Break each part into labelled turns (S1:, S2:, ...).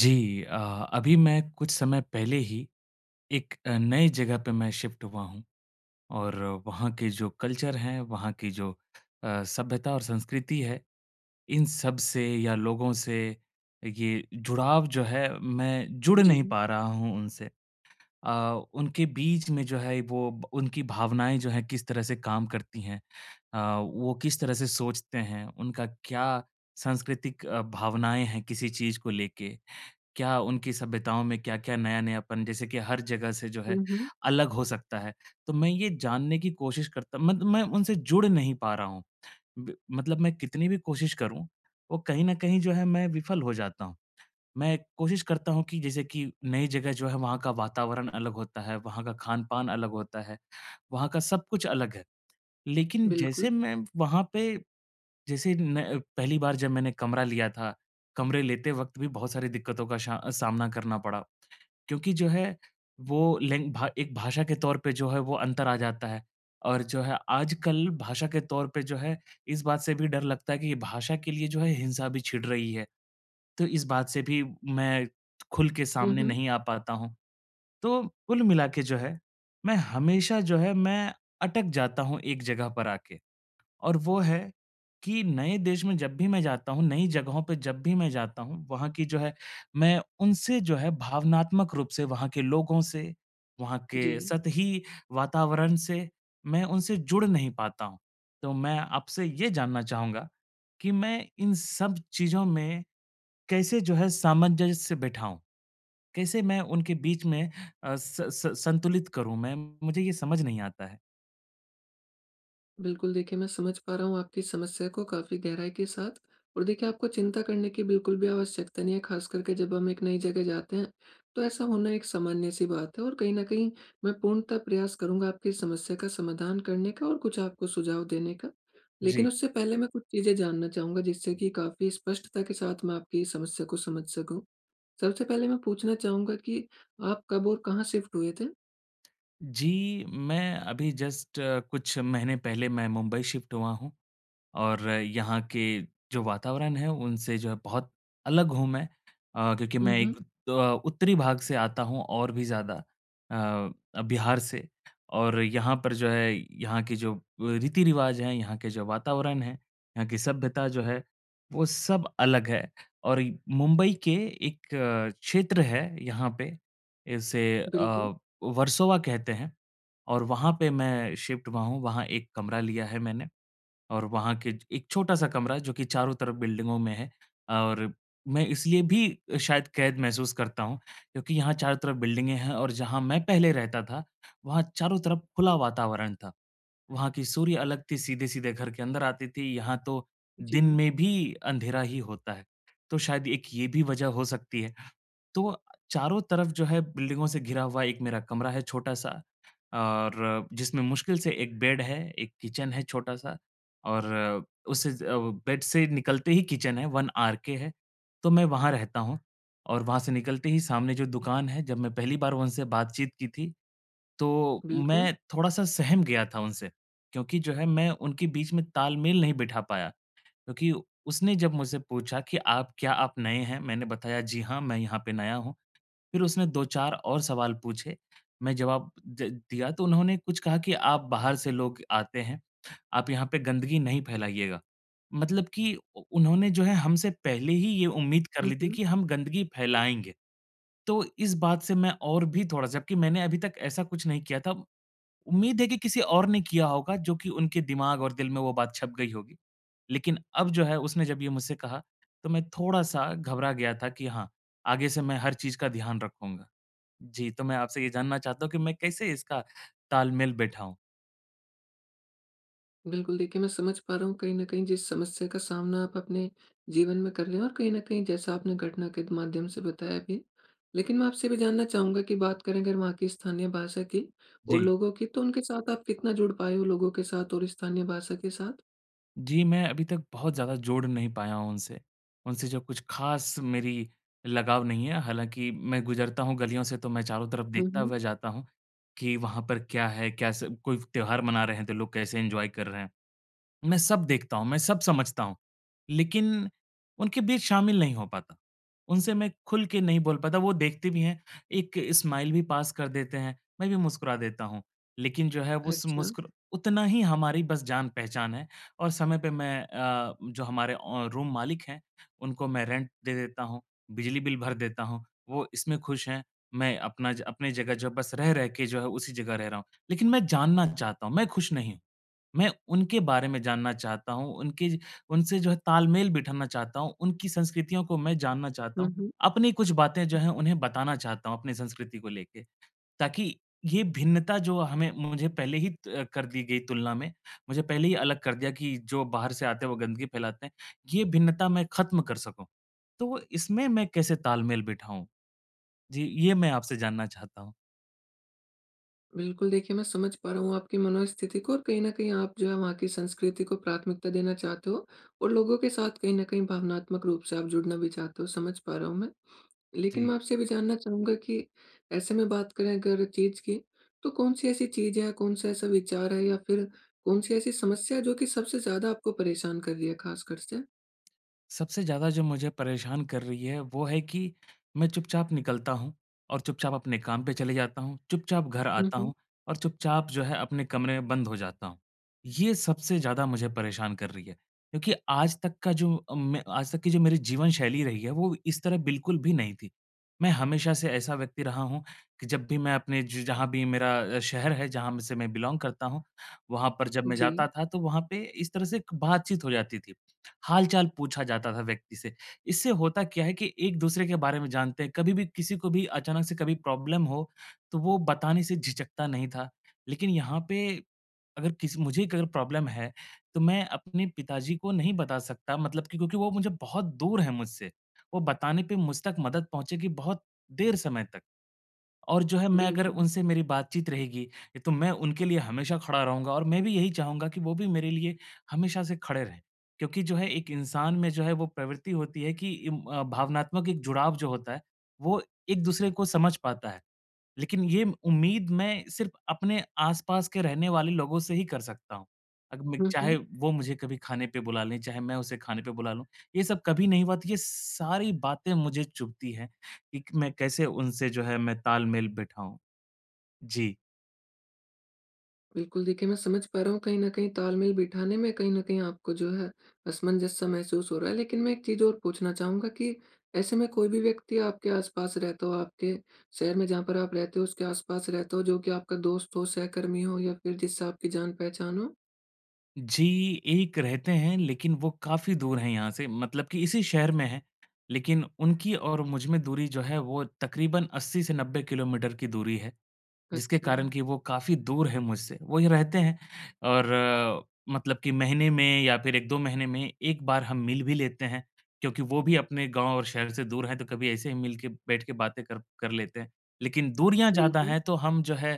S1: जी। अभी मैं कुछ समय पहले ही एक नई जगह पे मैं शिफ्ट हुआ हूँ और वहाँ के जो कल्चर हैं, वहाँ की जो सभ्यता और संस्कृति है, इन सब से या लोगों से ये जुड़ाव जो है मैं जुड़
S2: जी।
S1: नहीं पा रहा हूँ उनसे। अ, उनके बीच में जो है वो ब उनकी भावनाएँ जो हैं किस तरह से काम करती हैं, वो किस तरह से सोचते हैं, उनका क्या सांस्कृतिक भावनाएँ हैं किसी चीज़ को लेके। क्या उनकी सभ्यताओं में क्या-क्या नया-नयापन जैसे कि हर जगह से जो है
S2: हुँ, हुँ।
S1: अलग हो सकता है। तो मैं ये जानने की कोशिश करता मत मैं उनसे जुड़ नहीं पा रहा हूँ। ब मतलब मैं कितनी भी कोशिश करूँ, वो कहीं न कहीं जो है मैं विफल हो जाता हूँ। मैं कोशिश करता हूँ कि जैसे कि नई जगह जो है वहाँ का वातावरण अलग होता है, वहाँ का खान-पान अलग होता है, वहाँ का सब कुछ अलग है। लेकिन जैसे
S2: बिल्कुल।
S1: मैं वहाँ पे जैसे न पहली बार जब मैंने कमरा लिया था, कमरे लेते वक़्त भी बहुत सारी दिक्कतों का शा सामना करना पड़ा। क्योंकि जो है वो लैंग भा एक भाषा के तौर पे जो है वो अंतर आ जाता है और जो है आजकल भाषा के तौर पे जो है इस बात से भी डर लगता है कि ये भाषा के लिए जो है हिंसा भी छिड़ रही है। तो इस बात से भी मैं खुल के
S2: हुँ,
S1: सामने
S2: हुँ।
S1: नहीं आ पाता हूँ। तो कुल मिला के जो है, मैं हमेशा जो है मैं अटक जाता हूँ एक जगह पर आके। और वो है कि नए देश में जब भी मैं जाता हूँ, नई जगहों पे जब भी मैं जाता हूँ, वहाँ की जो है मैं उनसे जो है भावनात्मक रूप से वहाँ के लोगों से, वहाँ
S2: जी।
S1: के सतही वातावरण से मैं उनसे जुड़ नहीं पाता हूँ। तो मैं आपसे ये जानना चाहूँगा कि मैं इन सब चीज़ों में कैसे जो है सामंजस्य बिठाऊँ? कैसे मैं उनके बीच में अ, स स संतुलित करूँ मैं? मुझे ये समझ नहीं आता है।
S2: बिल्कुल देखिए, मैं समझ पा रहा हूँ आपकी समस्या को काफ़ी गहराई के साथ और देखिए आपको चिंता करने की बिल्कुल भी आवश्यकता नहीं है, ख़ास करके जब हम एक नई जगह जाते हैं, तो ऐसा होना एक सामान्य-सी बात है और कहीं न कहीं मैं पूर्णतः प्रयास करूँगा आपकी समस्या का समाधान करने का और कुछ आपको सुझाव देने का। लेकिन
S1: जी।
S2: उससे पहले मैं कुछ चीज़ें जानना चाहूँगा जिससे कि काफ़ी स्पष्टता के साथ मैं आपकी समस्या को समझ सकूँ। सबसे पहले मैं पूछना चाहूँगा कि आप कब और कहाँ शिफ्ट हुए थे?
S1: जी, मैं अभी जस्ट कुछ महीने पहले मैं मुंबई शिफ्ट हुआ हूँ। और यहाँ के जो वातावरण है उनसे जो है बहुत अलग हूँ मैं क्योंकि
S2: हुँ,
S1: मैं एक
S2: हुँ।
S1: अ, उत्तरी भाग से आता हूँ और भी ज़्यादा बिहार से और यहाँ पर जो है यहाँ के जो रीति रिवाज हैं यहाँ के जो वातावरण है यहाँ की सभ्यता जो है वो सब अलग है। और ये मुंबई के एक क्षेत्र है यहाँ पे इसे
S2: बिल्कुल,
S1: अ, वर्सोवा कहते हैं और वहाँ पे मैं शिफ्ट हुआ हूँ वहाँ एक कमरा लिया है मैंने और वहाँ के ज एक छोटा-सा कमरा जो कि चारों तरफ बिल्डिंगों में है। और मैं इसलिए भी शायद कैद महसूस करता हूँ क्योंकि यहाँ चारों तरफ बिल्डिंगें हैं और जहाँ मैं पहले रहता था, वहाँ चारों तरफ खुला वातावरण था। वहाँ की सूर्य अलग थी, सीधे-सीधे घर के अंदर आती थी, यहाँ तो दिन
S2: जी,
S1: में भी अंधेरा ही होता है। तो शायद एक ये भी वजह हो सकती है। तो चारों तरफ जो है बिल्डिंगों से घिरा हुआ एक मेरा कमरा है छोटा-सा और जिसमें मुश्किल से एक बेड है, एक किचन है छोटा-सा और बेड से निकलते ही किचन है, 1 आरके है। तो मैं वहाँ रहता हूँ और वहाँ से निकलते ही सामने जो दुकान है, जब मैं पहली बार उनसे बातचीत की थी, तो
S2: बिल्कुल।
S1: मैं थोड़ा-सा सहम गया था उनसे, क्योंकि जो है मैं उनके बीच में तालमेल नहीं बिठा पाया। क्योंकि उसने जब मुझसे पूछा कि आप क्या आप नए हैं? मैंने बताया, "जी हाँ, मैं यहाँ पे नया हूँ।" फिर उसने 2-4 और सवाल पूछे, मैं जवाब द दिया तो उन्होंने कुछ कहा कि आप बाहर से लोग आते हैं, आप यहाँ पे गंदगी नहीं फैलाइएगा। मतलब कि उ उन्होंने जो है हमसे पहले ही ये उम्मीद कर
S2: हुँ,
S1: ली थी
S2: हुँ।
S1: कि हम गंदगी फैलाएँगे। तो इस बात से मैं और भी थोड़ा-सा जबकि मैंने अभी तक ऐसा कुछ नहीं किया था। उम्मीद है कि किसी और ने किया होगा जो कि उनके दिमाग और दिल में वो बात छप गई होगी। लेकिन अब जो है उसने जब ये मुझसे कहा, तो मैं थोड़ा-सा घबरा गया था कि हाँ, आगे से मैं हर चीज़ का ध्यान रखूँगा। जी, तो मैं आपसे ये जानना चाहता हूँ कि मैं कैसे इसका तालमेल बैठाऊँ?
S2: बिल्कुल, देखिए मैं समझ पा रहा हूँ कहीं न कहीं जिस समस्या का सामना आप अपने जीवन में कर रहे हैं और कहीं न कहीं जैसा आपने घटना के माध्यम से बताया भी। लेकिन मैं आपसे भी जानना चाहूँगा कि बात करें अगर वहाँ की स्थानीय भाषा की और
S1: जी।
S2: लोगों की, तो उनके साथ आप कितना जुड़ पाए हो लोगों के साथ और स्थानीय भाषा के साथ?
S1: जी, मैं अभी तक बहुत ज़्यादा जोड़ नहीं पाया हूँ उनसे। उनसे जो कुछ ख़ास मेरी लगाव नहीं है, हालाँकि मैं गुज़रता हूँ गलियों से तो मैं चारों तरफ
S2: हुँ,
S1: देखता
S2: हुँ।
S1: हुआ जाता हूँ, कि वहाँ पर क्या है? क्या स कोई त्योहार मना रहे हैं तो लोग कैसे एन्जॉय कर रहे हैं? मैं सब देखता हूँ, मैं सब समझता हूँ, लेकिन उनके बीच शामिल नहीं हो पाता। उनसे मैं खुल के नहीं बोल पाता, वो देखते भी हैं, एक स्माइल भी पास कर देते हैं, मैं भी मुस्कुरा देता हूँ। लेकिन जो है उस
S2: अच्छा।
S1: मुस्कुर उतना ही हमारी बस जान-पहचान है। और समय पे मैं जो हमारे रूम मालिक हैं, उनको मैं रेंट दे देता हूँ, बिजली बिल भर देता हूँ, वो इसमें खुश हैं। मैं अपना ज अपनी जगह जो बस रह-रह के जो है उसी जगह रह रहा हूँ, लेकिन मैं जानना चाहता हूँ, मैं खुश नहीं हूँ। मैं उनके बारे में जानना चाहता हूँ, उनके उनसे जो है तालमेल बिठाना चाहता हूँ, उनकी संस्कृतियों को मैं जानना चाहता
S2: हुँ,
S1: हूँ,
S2: हुँ।
S1: अपनी कुछ बातें जो हैं उन्हें बताना चाहता हूँ अपनी संस्कृति को लेके। ताकि ये भिन्नता जो हमें मुझे पहले ही त कर दी गई तुलना में, मुझे पहले ही अलग कर दिया कि जो बाहर से आते हैं वो गंदगी फैलाते हैं, ये भिन्नता मैं ख़त्म कर सकूँ। तो इसमें मैं कैसे तालमेल बिठाऊँ? जी, ये मैं आपसे जानना चाहता हूँ।
S2: बिल्कुल, देखिए मैं समझ पा रहा हूँ आपकी मनोस्थिति को और कहीं न कहीं आप जो है वहाँ की संस्कृति को प्राथमिकता देना चाहते हो और लोगों के साथ कहीं न कहीं भावनात्मक रूप से आप जुड़ना भी चाहते हो, समझ पा रहा हूँ मैं। लेकिन
S1: जी।
S2: मैं आपसे ये भी जानना चाहूँगा कि ऐसे में बात करें अगर चीज़ की, तो कौन-सी ऐसी चीज़ है, कौन-सा ऐसा विचार है या फिर कौन-सी ऐसी समस्या है जो कि सबसे ज़्यादा आपको परेशान कर रही है ख़ासकर से?
S1: सबसे ज़्यादा जो मुझे परेशान कर रही है, वो है कि मैं चुपचाप निकलता हूँ और चुपचाप अपने काम पे चले जाता हूँ, चुपचाप घर
S2: हुँ,
S1: आता
S2: हुँ।
S1: हूँ और चुपचाप जो है अपने कमरे में बंद हो जाता हूँ। ये सबसे ज़्यादा मुझे परेशान कर रही है, क्योंकि आज तक का जो मैं आज तक की जो मेरी जीवन शैली रही है, वो इस तरह बिल्कुल भी नहीं थी। मैं हमेशा से ऐसा व्यक्ति रहा हूँ कि जब भी मैं अपने ज जहाँ भी मेरा शहर है, जहाँ से मैं बिलॉन्ग करता हूँ, वहाँ पर जब मैं
S2: जी,
S1: जाता था, तो वहाँ पे इस तरह से एक बातचीत हो जाती थी। हाल-चाल पूछा जाता था व्यक्ति से। इससे होता क्या है कि एक-दूसरे के बारे में जानते हैं, कभी भी किसी को भी अचानक से कभी प्रॉब्लम हो, तो वो बताने से झिझकता नहीं था। लेकिन यहाँ पे अगर किसी मुझे एक अगर प्रॉब्लम है, तो मैं अपने पिताजी को नहीं बता सकता मतलब कि क्योंकि वो मुझे बहुत दूर हैं मुझसे। वो बताने पे मुझ तक मदद पहुँचेगी बहुत देर समय तक। और जो है मैं अगर
S2: बिल्कुल।
S1: उनसे मेरी बातचीत रहेगी, तो मैं उनके लिए हमेशा खड़ा रहूँगा और मैं भी यही चाहूँगा कि वो भी मेरे लिए हमेशा से खड़े रहें। क्योंकि जो है एक इंसान में जो है वो प्रवृत्ति होती है कि भावनात्मक एक जुड़ाव जो होता है, वो एक-दूसरे को समझ पाता है। लेकिन ये उम्मीद मैं सिर्फ़ अपने आस-पास के रहने वाले लोगों से ही कर सकता हूँ। अग मैं
S2: हुँ,
S1: चाहे
S2: हुँ।
S1: वो मुझे कभी खाने पे बुला लें, चाहे मैं उसे खाने पे बुला लूँ, ये सब कभी नहीं हुआ तो ये सारी बातें मुझे चुभती हैं कि क मैं कैसे उनसे जो है मैं तालमेल बिठाऊँ। जी।
S2: बिल्कुल, देखिए मैं समझ पा रहा हूँ कहीं न कहीं तालमेल बिठाने में कहीं न कहीं आपको जो है असमंजस-सा महसूस हो रहा है। लेकिन मैं एक चीज़ और पूछना चाहूँगा कि ऐसे में कोई भी व्यक्ति आपके आस-पास रहता हो, आपके शहर में जहाँ पर आप रहते हो उसके आस-पास रहता हो जो कि आपका दोस्त हो, सहकर्मी हो या फिर जिससे आपकी जान-पहचान हो?
S1: जी, एक रहते हैं लेकिन वो काफ़ी दूर हैं यहाँ से मतलब कि इसी शहर में हैं, लेकिन उनकी और मुझ में दूरी जो है वो तकरीबन 80 से 90 किलोमीटर की दूरी है। जिसके कारण
S2: अच्छा,
S1: कि वो काफ़ी दूर है मुझसे, वो ये रहते हैं और मतलब कि महीने में या फिर 1-2 महीने में 1 बार हम मिल भी लेते हैं, क्योंकि वो भी अपने गाँव और शहर से दूर हैं, तो कभी ऐसे ही मिल के बैठ के बातें कर कर लेते हैं। लेकिन दूरियाँ ज़्यादा
S2: बिल्कुल।
S1: हैं, तो हम जो है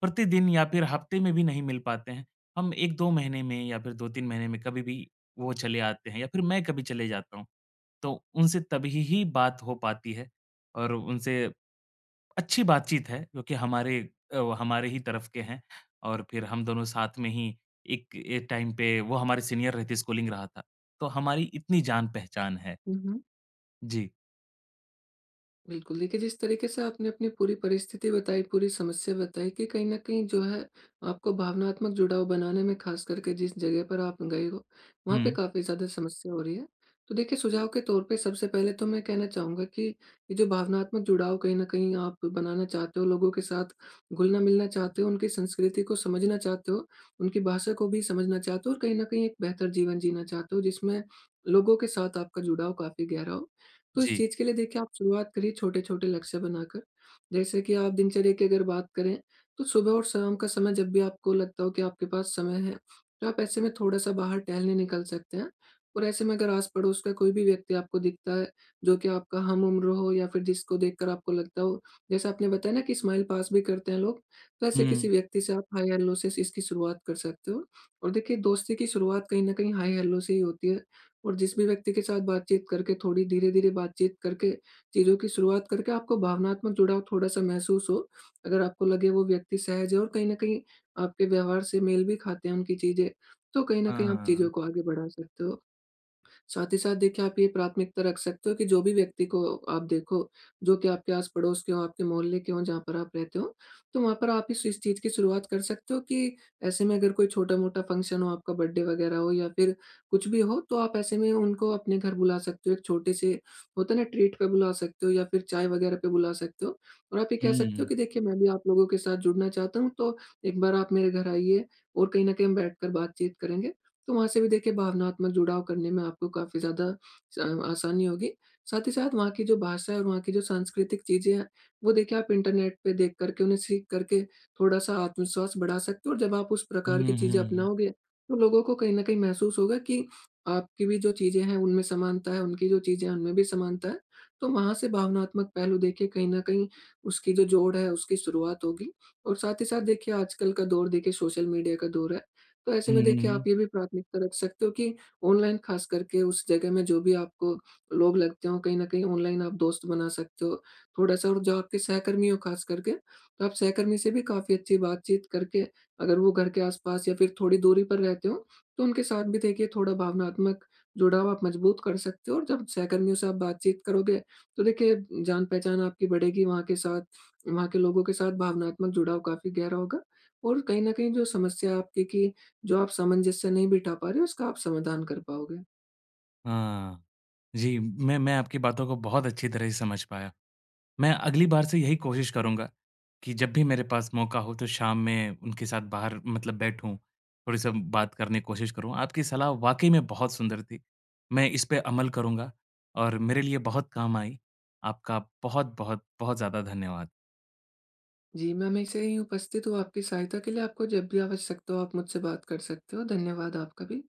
S1: प्रतिदिन या फिर हफ़्ते में भी नहीं मिल पाते हैं। हम 1-2 महीने में या फिर 2-3 महीने में कभी भी वो चले आते हैं या फिर मैं कभी चले जाता हूँ, तो उनसे तभी ही बात हो पाती है और उनसे अच्छी बातचीत है क्योंकि हमारे वो हमारे ही तरफ के हैं और फिर हम दोनों साथ में ही एक ए टाइम पे वो हमारे सीनियर रहते स्कूलिंग रहा था। तो हमारी इतनी जान-पहचान है।
S2: हुँ, हुँ।
S1: जी।
S2: बिल्कुल, देखिए जिस तरीके से आपने अपनी पूरी परिस्थिति बताई, पूरी समस्या बताई कि कहीं न कहीं जो है आपको भावनात्मक जुड़ाव बनाने में ख़ास करके जिस जगह पर आप गए हो, वहाँ पे
S1: हुँ।
S2: काफ़ी ज़्यादा समस्या हो रही है। तो देखिए सुझाव के तौर पे सबसे पहले तो मैं कहना चाहूँगा कि ये जो भावनात्मक जुड़ाव कहीं न कहीं आप बनाना चाहते हो, लोगों के साथ घुलना-मिलना चाहते हो, उनकी संस्कृति को समझना चाहते हो, उनकी भाषा को भी समझना चाहते हो और कहीं न कहीं एक बेहतर जीवन जीना चाहते हो जिसमें लोगों के साथ आपका जुड़ाव काफ़ी गहरा हो। तो इस
S1: जी।
S2: चीज़ के लिए देखिए आप शुरुआत करिए छोटे-छोटे लक्ष्य बनाकर। जैसे कि आप दिनचर्या की अगर बात करें, तो सुबह और शाम का समय जब भी आपको लगता हो कि आपके पास समय है, तो आप ऐसे में थोड़ा-सा बाहर टहलने निकल सकते हैं। और ऐसे में अगर आस-पड़ोस का कोई भी व्यक्ति आपको दिखता है, जो कि आपका हम-उम्र हो या फिर जिसको देखकर आपको लगता हो जैसे आपने बताया ना कि स्माइल पास भी करते हैं लोग, तो ऐसे
S1: हुँ।
S2: किसी व्यक्ति से आप हाय-हेलो से इसकी शुरुआत कर सकते हो। और देखिए दोस्ती की शुरुआत कहीं न कहीं हाय-हेलो से ही होती है। और जिस भी व्यक्ति के साथ बातचीत करके थोड़ी धीरे-धीरे बातचीत करके, चीज़ों की शुरुआत करके आपको भावनात्मक जुड़ाव थोड़ा-सा महसूस हो। अगर आपको लगे वो व्यक्ति सहज है और कहीं न कहीं आपके व्यवहार से मेल भी खाते हैं उनकी चीज़ें, तो कहीं न कहीं आप
S1: हाँ।
S2: चीज़ों को आगे बढ़ा सकते हो। साथ ही साथ देखिए आप ये प्राथमिकता रख सकते हो कि जो भी व्यक्ति को आप देखो, जो कि आपके आस-पड़ोस के हों, आपके मोहल्ले के हों जहाँ पर आप रहते हो, तो वहाँ पर आप इस चीज़ की शुरुआत कर सकते हो कि ऐसे में अगर कोई छोटा-मोटा फंक्शन हो, आपका बर्थडे वगैरह हो या फिर कुछ भी हो, तो आप ऐसे में उनको अपने घर बुला सकते हो। एक छोटे से होता है ना ट्रीट पे बुला सकते हो या फिर चाय वगैरह पे बुला सकते हो और आप ये कह सकते हो
S1: हुँ।
S2: कि देखिए मैं भी आप लोगों के साथ जुड़ना चाहता हूँ, तो एक बार आप मेरे घर आइए और कहीं न कहीं हम बैठकर बातचीत करेंगे। तो वहाँ से भी देखिए भावनात्मक जुड़ाव करने में आपको काफ़ी ज़्यादा स आसानी होगी। साथ ही साथ वहाँ की जो भाषा है और वहाँ की जो सांस्कृतिक चीज़ें हैं, वो देखिए आप इंटरनेट पे देख कर के, उन्हें सीख कर के थोड़ा-सा आत्मविश्वास बढ़ा सकते हो और जब आप उस प्रकार की
S1: हुँ,
S2: चीज़ें
S1: हुँ।
S2: अपनाओगे, तो लोगों को कहीं न कहीं महसूस होगा कि आपकी भी जो चीज़ें हैं, उनमें समानता है, उनकी जो चीज़ें हैं, उनमें भी समानता है। तो वहाँ से भावनात्मक पहलू देखिए कहीं न कहीं उसकी जो जोड़ है, उसकी शुरुआत होगी और साथ ही साथ देखिए आजकल का दौर देखिए सोशल मीडिया का दौर है। तो ऐसे
S1: हुँ,
S2: में
S1: हुँ,
S2: देखिए आप
S1: हुँ।
S2: ये भी प्राथमिकता रख सकते हो कि ऑनलाइन खास करके उस जगह में जो भी आपको लोग लगते हो कहीं न कहीं ऑनलाइन आप दोस्त बना सकते हो। थोड़ा-सा और जो आपके सहकर्मी हो खास करके, तो आप सहकर्मी से भी काफ़ी अच्छी बातचीत करके अगर वो घर के आस-पास या फिर थोड़ी दूरी पर रहते हो, तो उनके साथ भी देखिए थोड़ा भावनात्मक जुड़ाव आप मजबूत कर सकते हो और जब सहकर्मियों से आप बातचीत करोगे, तो देखिए जान-पहचान आपकी बढ़ेगी वहाँ के साथ, वहाँ के लोगों के साथ भावनात्मक जुड़ाव काफ़ी गहरा होगा। और कहीं न कहीं जो समस्या आपकी कि जो आप सामंजस्य नहीं बिठा पा रहे, उसका आप समाधान कर पाओगे।
S1: हाँ। जी, मैं आपकी बातों को बहुत अच्छी तरह से समझ पाया। मैं अगली बार से यही कोशिश करूँगा कि जब भी मेरे पास मौका हो तो शाम में उनके साथ बाहर मतलब बैठूँ, थोड़ी-सा बात करने की कोशिश करूँ। आपकी सलाह वाक़ई में बहुत सुंदर थी। मैं इस पे अमल करूँगा और मेरे लिए बहुत काम आई। आपका बहुत-बहुत, बहुत बहुत ज़्यादा धन्यवाद।
S2: जी, मैं हमेशा यहीं उपस्थित हूँ आपकी सहायता के लिए। आपको जब भी आवश्यकता हो, आप मुझसे बात कर सकते हो। धन्यवाद आपका भी।